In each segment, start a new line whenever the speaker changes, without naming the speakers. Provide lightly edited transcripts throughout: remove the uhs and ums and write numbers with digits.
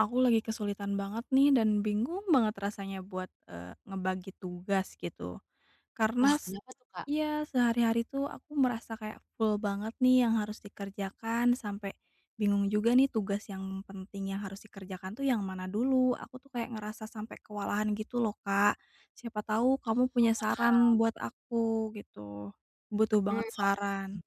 Aku lagi kesulitan banget nih dan bingung banget rasanya buat, ngebagi tugas gitu. Karena
Wah,
s
kenapa tuh, Kak?
Ya sehari-hari tuh aku merasa kayak full banget nih yang harus dikerjakan sampai bingung juga nih tugas yang penting yang harus dikerjakan tuh yang mana dulu. Aku tuh kayak ngerasa sampai kewalahan gitu loh, Kak. Siapa tahu kamu punya saran buat aku gitu. Butuh
Mmm,
banget
oke, oke.
saran.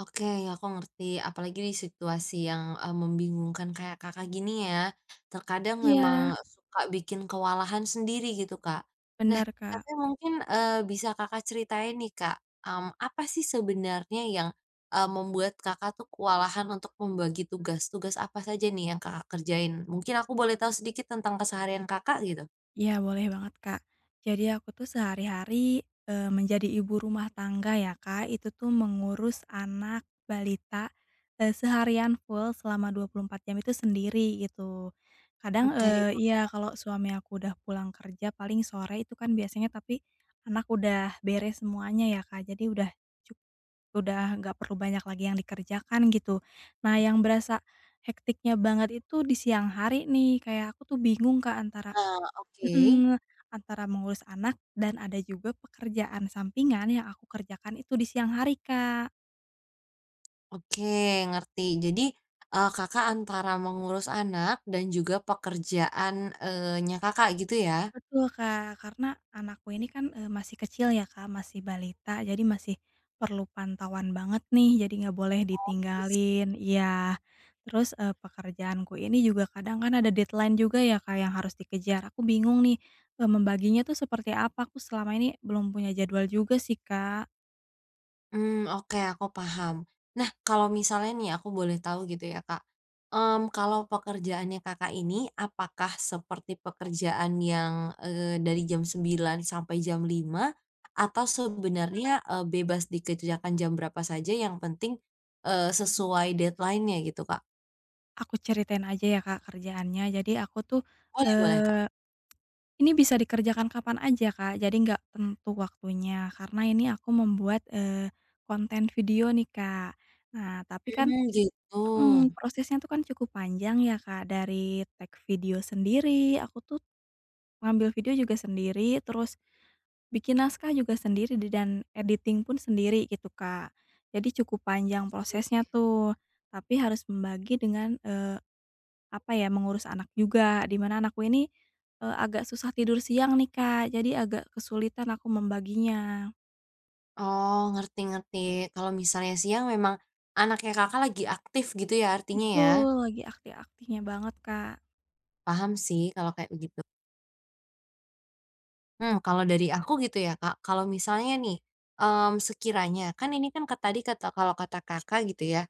Oke, aku ngerti. Apalagi di situasi yang, membingungkan kayak Kakak gini ya, terkadang memang
Iya,
suka bikin kewalahan sendiri gitu, Kak. Nah,
benar Kak.
tapi mungkin, bisa Kakak ceritain nih, Kak, apa sih sebenarnya yang, membuat Kakak tuh kewalahan untuk membagi tugas? Tugas apa saja nih yang Kakak kerjain? Mungkin aku boleh tahu sedikit tentang keseharian Kakak gitu?
Iya, boleh banget, Kak. Jadi aku tuh sehari-hari, menjadi ibu rumah tangga ya, Kak, itu tuh mengurus anak balita, seharian full selama 24 jam itu sendiri gitu. Kadang,
Oke,
iya, kalau suami aku udah pulang kerja paling sore itu kan biasanya, tapi anak udah beres semuanya ya, Kak, jadi udah cuk udah nggak perlu banyak lagi yang dikerjakan gitu. Nah, yang berasa hektiknya banget itu di siang hari nih, kayak aku tuh bingung, Kak, antara
heeh, oke.
Mhm, antara mengurus anak dan ada juga pekerjaan sampingan yang aku kerjakan itu di siang hari, Kak.
Oke, ngerti. Jadi, Kakak antara mengurus anak dan juga pekerjaannya Kakak gitu ya?
Betul, Kak. Karena anakku ini kan, masih kecil ya, Kak, masih balita, jadi masih perlu pantauan banget nih, jadi nggak boleh
Oh, iya sih.
ditinggalin iya. Terus, pekerjaanku ini juga kadang kan ada deadline juga ya, Kak, yang harus dikejar. Aku bingung nih, membaginya tuh seperti apa, aku selama ini belum punya jadwal juga sih, Kak.
Oke, aku paham. Nah, kalau misalnya nih aku boleh tahu gitu ya, Kak, kalau pekerjaannya Kakak ini apakah seperti pekerjaan yang, dari jam 9 sampai jam 5, atau sebenarnya, bebas dikerjakan jam berapa saja yang penting, sesuai deadline-nya gitu, Kak?
Aku ceritain aja ya Kak kerjaannya. Jadi aku tuh,
Boleh, boleh, Kak.
eee, ini bisa dikerjakan kapan aja Kak, jadi nggak tentu waktunya. Karena ini aku membuat, konten video nih Kak. Nah tapi kan
Mmm, gitu.
mhm, prosesnya tuh kan cukup panjang ya Kak, dari tag video sendiri, aku tuh ngambil video juga sendiri, terus bikin naskah juga sendiri di dan editing pun sendiri gitu Kak. Jadi cukup panjang prosesnya tuh, tapi harus membagi dengan, apa ya, mengurus anak juga, di mana anakku ini, agak susah tidur siang nih, Kak, jadi agak kesulitan aku membaginya.
Oh, ngerti, ngerti. Kalau misalnya siang memang anaknya Kakak lagi aktif gitu ya artinya ya?
Betul, lagi Aktif-aktifnya banget, Kak.
Paham sih kalau kayak kalau dari aku gitu ya, Kak, kalau misalnya nih, sekiranya kan ini kan tadi kata Kakak gitu ya,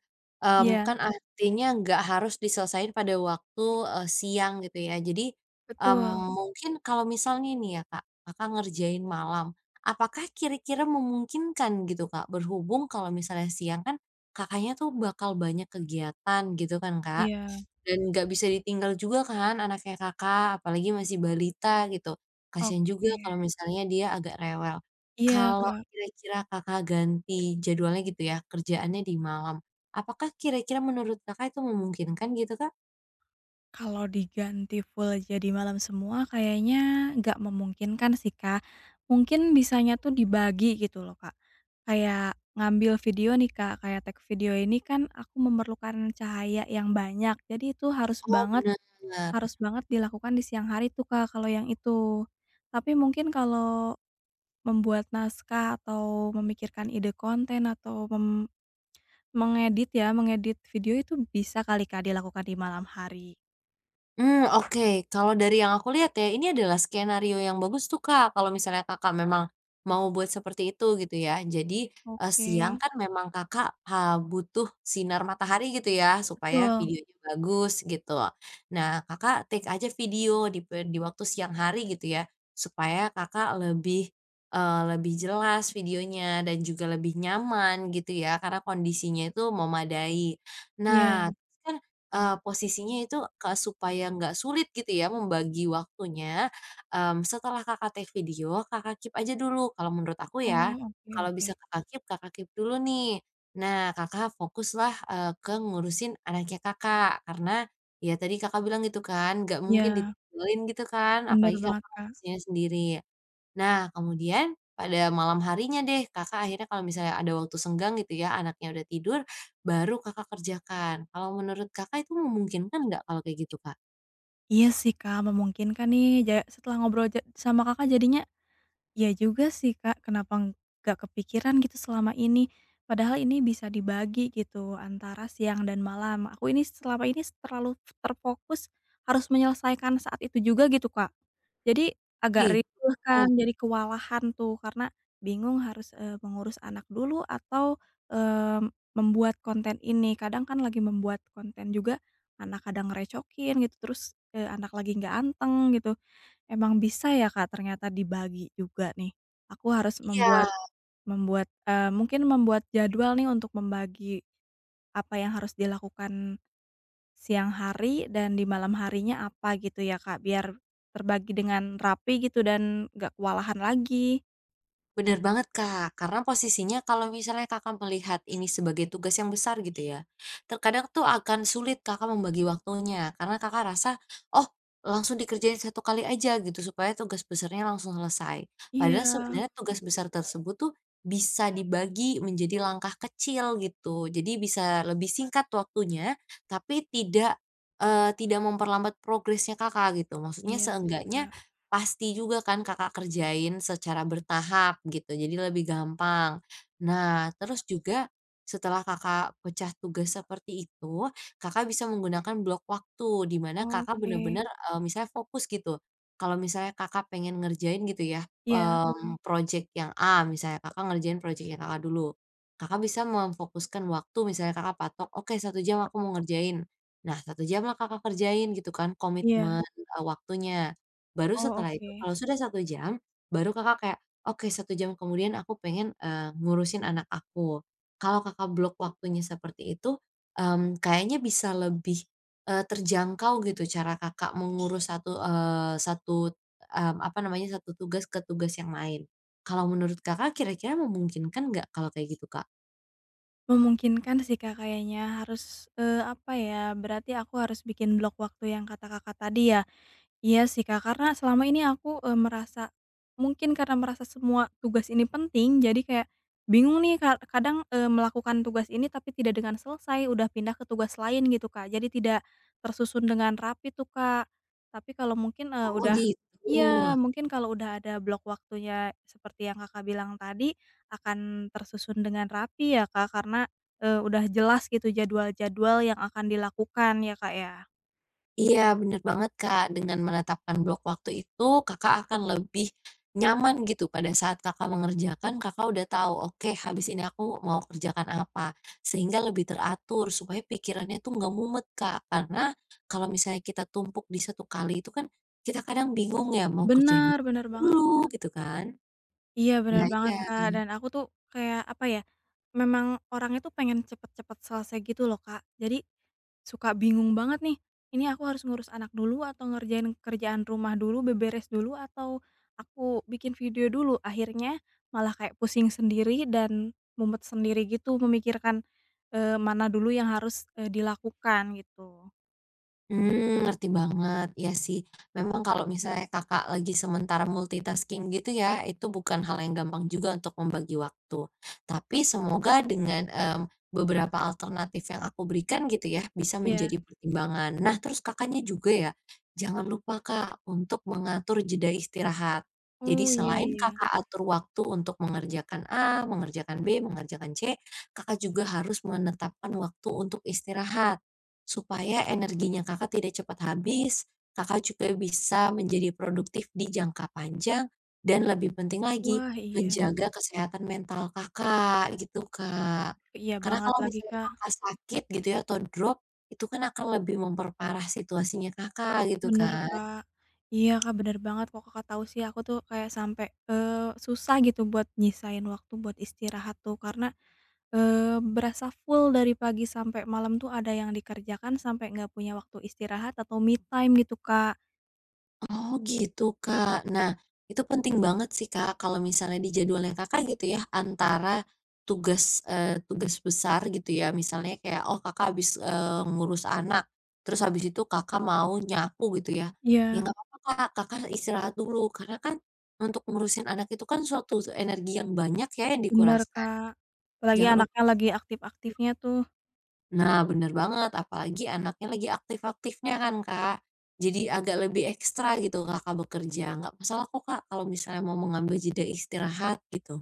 Iya,
kan, Mhm, artinya nggak harus diselesaikan pada waktu, siang gitu ya. Jadi,
betul.
mungkin kalau misalnya nih ya, Kak, Kakak ngerjain malam, apakah kira-kira memungkinkan gitu, Kak? Berhubung kalau misalnya siang kan Kakaknya tuh bakal banyak kegiatan gitu kan, Kak.
Iya,
Dan nggak bisa ditinggal juga kan anaknya Kakak, apalagi masih balita gitu. Kasihan juga
oke.
kalau misalnya dia agak rewel.
Iya,
Kalau
Kak,
kira-kira Kakak ganti jadwalnya gitu ya, kerjaannya di malam, apakah kira-kira menurut Kakak itu memungkinkan gitu, Kak?
kalau diganti full jadi malam semua kayaknya nggak memungkinkan sih, Kak. Mungkin bisanya tuh dibagi gitu loh, Kak. Kayak ngambil video nih, Kak, kayak tag video ini kan aku memerlukan cahaya yang banyak, jadi itu harus
Oh,
banget
bener.
harus banget dilakukan di siang hari tuh, Kak, kalau yang itu. Tapi mungkin kalau membuat naskah atau memikirkan ide konten atau mengedit ya, mengedit video itu bisa kali, Kak, dilakukan di malam hari.
Mmm, oke. Kalau dari yang aku lihat ya, ini adalah skenario yang bagus tuh, Kak, kalau misalnya Kakak memang mau buat seperti itu gitu ya. Jadi, siang
Oke,
kan memang Kakak, butuh sinar matahari gitu ya, supaya
betul.
videonya bagus gitu. Nah, Kakak take aja video di waktu siang hari gitu ya, supaya Kakak lebih jelas videonya dan juga lebih nyaman gitu ya, karena kondisinya itu memadai. Nah,
Ya.
kan. Posisinya itu, Kak, supaya nggak sulit gitu ya membagi waktunya, setelah Kakak take video, Kakak keep aja dulu kalau menurut aku ya.
Oh, oke
Kalau
oke.
bisa Kakak keep dulu nih. Nah, Kakak fokuslah, ke ngurusin anaknya Kakak, karena ya tadi Kakak bilang gitu kan, nggak mungkin
Ya,
ditinggalin gitu kan,
bener
apalagi
banget,
Kakak
Kak.
ngurusinnya sendiri. Nah, kemudian pada malam harinya deh, Kakak akhirnya kalau misalnya ada waktu senggang gitu ya, anaknya udah tidur, baru Kakak kerjakan. Kalau menurut Kakak itu memungkinkan nggak kalau kayak gitu, Kak?
Iya sih, Kak, memungkinkan nih setelah ngobrol sama Kakak jadinya Iya juga sih Kak, kenapa nggak kepikiran gitu selama ini. Padahal ini bisa dibagi gitu antara siang dan malam. Aku ini selama ini terlalu terfokus harus menyelesaikan saat itu juga gitu Kak. Jadi agak
Gitu,
riweuh kan, jadi kewalahan tuh karena bingung harus, mengurus anak dulu atau, membuat konten ini. Kadang kan lagi membuat konten juga anak kadang ngerecokin gitu, terus, anak lagi nggak anteng gitu. Emang bisa ya Kak ternyata dibagi juga nih. Aku harus membuat
iya.
membuat, eee, mungkin membuat jadwal nih untuk membagi apa yang harus dilakukan siang hari dan di malam harinya apa gitu ya Kak, biar terbagi dengan rapi gitu dan nggak kewalahan lagi.
Bener banget, Kak, karena posisinya kalau misalnya Kakak melihat ini sebagai tugas yang besar gitu ya, terkadang tuh akan sulit Kakak membagi waktunya karena Kakak rasa, "Oh, langsung dikerjain satu kali aja," gitu, supaya tugas besarnya langsung selesai. Padahal
Iya,
sebenarnya tugas besar tersebut tuh bisa dibagi menjadi langkah kecil gitu, jadi bisa lebih singkat waktunya, tapi tidak, tidak memperlambat progresnya Kakak gitu. Maksudnya
iya sih Kak.
seenggaknya, pasti juga kan Kakak kerjain secara bertahap gitu, jadi lebih gampang. Nah, terus juga setelah Kakak pecah tugas seperti itu, Kakak bisa menggunakan blok waktu, di mana Kakak
Oke.
benar-benar misalnya fokus gitu. Kalau misalnya Kakak pengen ngerjain gitu ya,
Iya
project yang A misalnya, Kakak ngerjain project yang Kakak dulu. Kakak bisa memfokuskan waktu, misalnya Kakak patok, "Oke, 1 jam aku mau ngerjain." Nah, 1 jam lah Kakak kerjain gitu kan,
iya.
komitmen, waktunya. Baru
Oh
setelah itu
oke.
kalau sudah 1 jam, baru Kakak kayak, "Oke, 1 jam kemudian aku pengen, ngurusin anak aku." Kalau Kakak blok waktunya seperti itu, kayaknya bisa lebih, terjangkau gitu cara Kakak mengurus satu, eee, satu, mmm, apa namanya, satu tugas ke tugas yang lain. Kalau menurut Kakak kira-kira memungkinkan nggak kalau kayak gitu, Kak?
Memungkinkan sih Kak kayaknya harus, apa ya, berarti aku harus bikin blok waktu yang kata Kakak tadi ya? Iya sih, Kak, karena selama ini aku, merasa mungkin karena merasa semua tugas ini penting, jadi kayak bingung nih kadang, melakukan tugas ini tapi tidak dengan selesai, udah pindah ke tugas lain gitu, Kak. Jadi tidak tersusun dengan rapi tuh, Kak. Tapi kalau mungkin,
Oh,
udah
gitu.
iya, mungkin kalau udah ada blok waktunya seperti yang Kakak bilang tadi, akan tersusun dengan rapi ya, Kak, karena, udah jelas gitu jadwal-jadwal yang akan dilakukan ya, Kak, ya.
Iya, bener banget, Kak. Dengan menetapkan blok waktu itu, Kakak akan lebih nyaman gitu pada saat Kakak mengerjakan, Kakak udah tahu, "Oke, habis ini aku mau kerjakan apa." Sehingga lebih teratur supaya pikirannya tuh nggak mumet, Kak. Karena kalau misalnya kita tumpuk di satu kali itu kan kita kadang bingung ya, mau kerjain ini
Benar-benar banget.
dulu gitu kan.
Iya bener
Nah,
banget,
iya.
Kak, dan aku tuh kayak apa ya, memang orangnya tuh pengen cepet-cepet selesai gitu loh, Kak. Jadi suka bingung banget nih, ini aku harus ngurus anak dulu atau ngerjain kerjaan rumah dulu, beberes dulu atau aku bikin video dulu? Akhirnya malah kayak pusing sendiri dan mumet sendiri gitu memikirkan, mana dulu yang harus, dilakukan gitu.
Ngerti banget. Iya sih, memang kalau misalnya Kakak lagi sementara multitasking gitu ya, itu bukan hal yang gampang juga untuk membagi waktu. Tapi semoga dengan, beberapa alternatif yang aku berikan gitu ya, bisa
Iya.
menjadi pertimbangan. Nah, terus Kakaknya juga ya, jangan lupa Kak, untuk mengatur jeda istirahat. Jadi
Oh, iya
selain, Mhm,
iya.
Kakak atur waktu untuk mengerjakan A, mengerjakan B, mengerjakan C, Kakak juga harus menetapkan waktu untuk istirahat. Supaya energinya Kakak tidak cepat habis, Kakak juga bisa menjadi produktif di jangka panjang dan lebih penting lagi,
Wah, iya.
menjaga kesehatan mental Kakak, gitu, Kak.
Iya
Karena
banget
kalau
lagi,
misalnya
Kak.
Kakak sakit gitu ya atau drop, itu kan akan lebih memperparah situasinya Kakak, gitu,
Bener,
Kak.
Kak. Iya, Kak, bener banget kok Kakak tahu sih aku tuh kayak sampai, eee, susah gitu buat nyisain waktu buat istirahat tuh karena, eee, berasa full dari pagi sampai malam tuh ada yang dikerjakan sampai nggak punya waktu istirahat atau me time gitu, Kak.
Oh, gitu, Kak. Nah, itu penting banget sih, Kak, kalau misalnya di jadwalnya Kakak gitu ya, antara tugas, tugas besar gitu ya, misalnya kayak, oh Kakak habis, ngurus anak, terus habis itu Kakak mau nyapu gitu ya, ya
Iya,
nggak apa-apa, Kak, Kakak istirahat dulu, karena kan untuk ngurusin anak itu kan suatu energi yang banyak ya yang
bener,
dikuraskan.
Kak. Apalagi
Jangan lupa.
anaknya lagi aktif-aktifnya tuh.
Nah, bener banget, apalagi anaknya lagi aktif-aktifnya kan, Kak. Jadi agak lebih ekstra gitu Kakak bekerja, nggak masalah kok, Kak, kalau misalnya mau mengambil jeda istirahat gitu.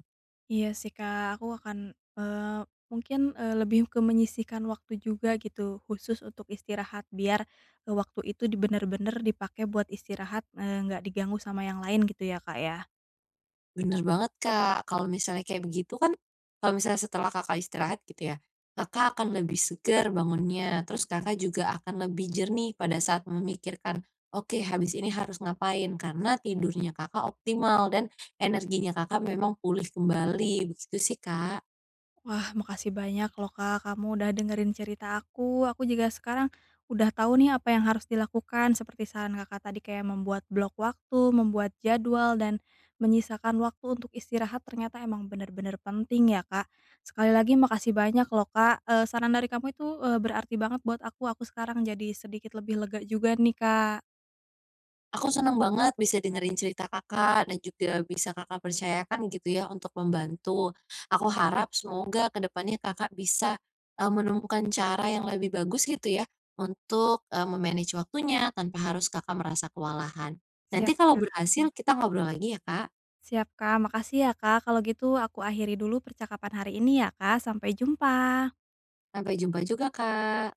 Iya sih Kak, aku akan, mungkin, lebih ke menyisihkan waktu juga gitu, khusus untuk istirahat, biar, waktu itu di bener-bener dipakai buat istirahat, nggak diganggu sama yang lain gitu ya Kak ya?
Bener banget, Kak, kalau misalnya kayak begitu kan, kalau misalnya setelah Kakak istirahat gitu ya, Kakak akan lebih segar bangunnya, terus Kakak juga akan lebih jernih pada saat memikirkan, "Oke, habis ini harus ngapain?" Karena tidurnya Kakak optimal dan energinya Kakak memang pulih kembali, begitu sih, Kak.
Wah, makasih banyak loh Kak, kamu udah dengerin cerita aku. Aku juga sekarang udah tahu nih apa yang harus dilakukan seperti saran Kakak tadi kayak membuat blok waktu, membuat jadwal, dan menyisakan waktu untuk istirahat ternyata emang bener-bener penting ya Kak. Sekali lagi makasih banyak loh Kak, saran dari kamu itu, berarti banget buat aku. Aku sekarang jadi sedikit lebih lega juga nih Kak.
Aku senang banget bisa dengerin cerita Kakak dan juga bisa Kakak percayakan gitu ya untuk membantu. Aku harap semoga kedepannya Kakak bisa, menemukan cara yang lebih bagus gitu ya untuk, eee, me waktunya tanpa harus Kakak merasa kewalahan. Nanti
Siap
kalau
Kak
berhasil kita ngobrol lagi ya, Kak.
siap Kak, makasih ya Kak. Kalau gitu aku akhiri dulu percakapan hari ini ya Kak, sampai jumpa.
Sampai jumpa juga, Kak.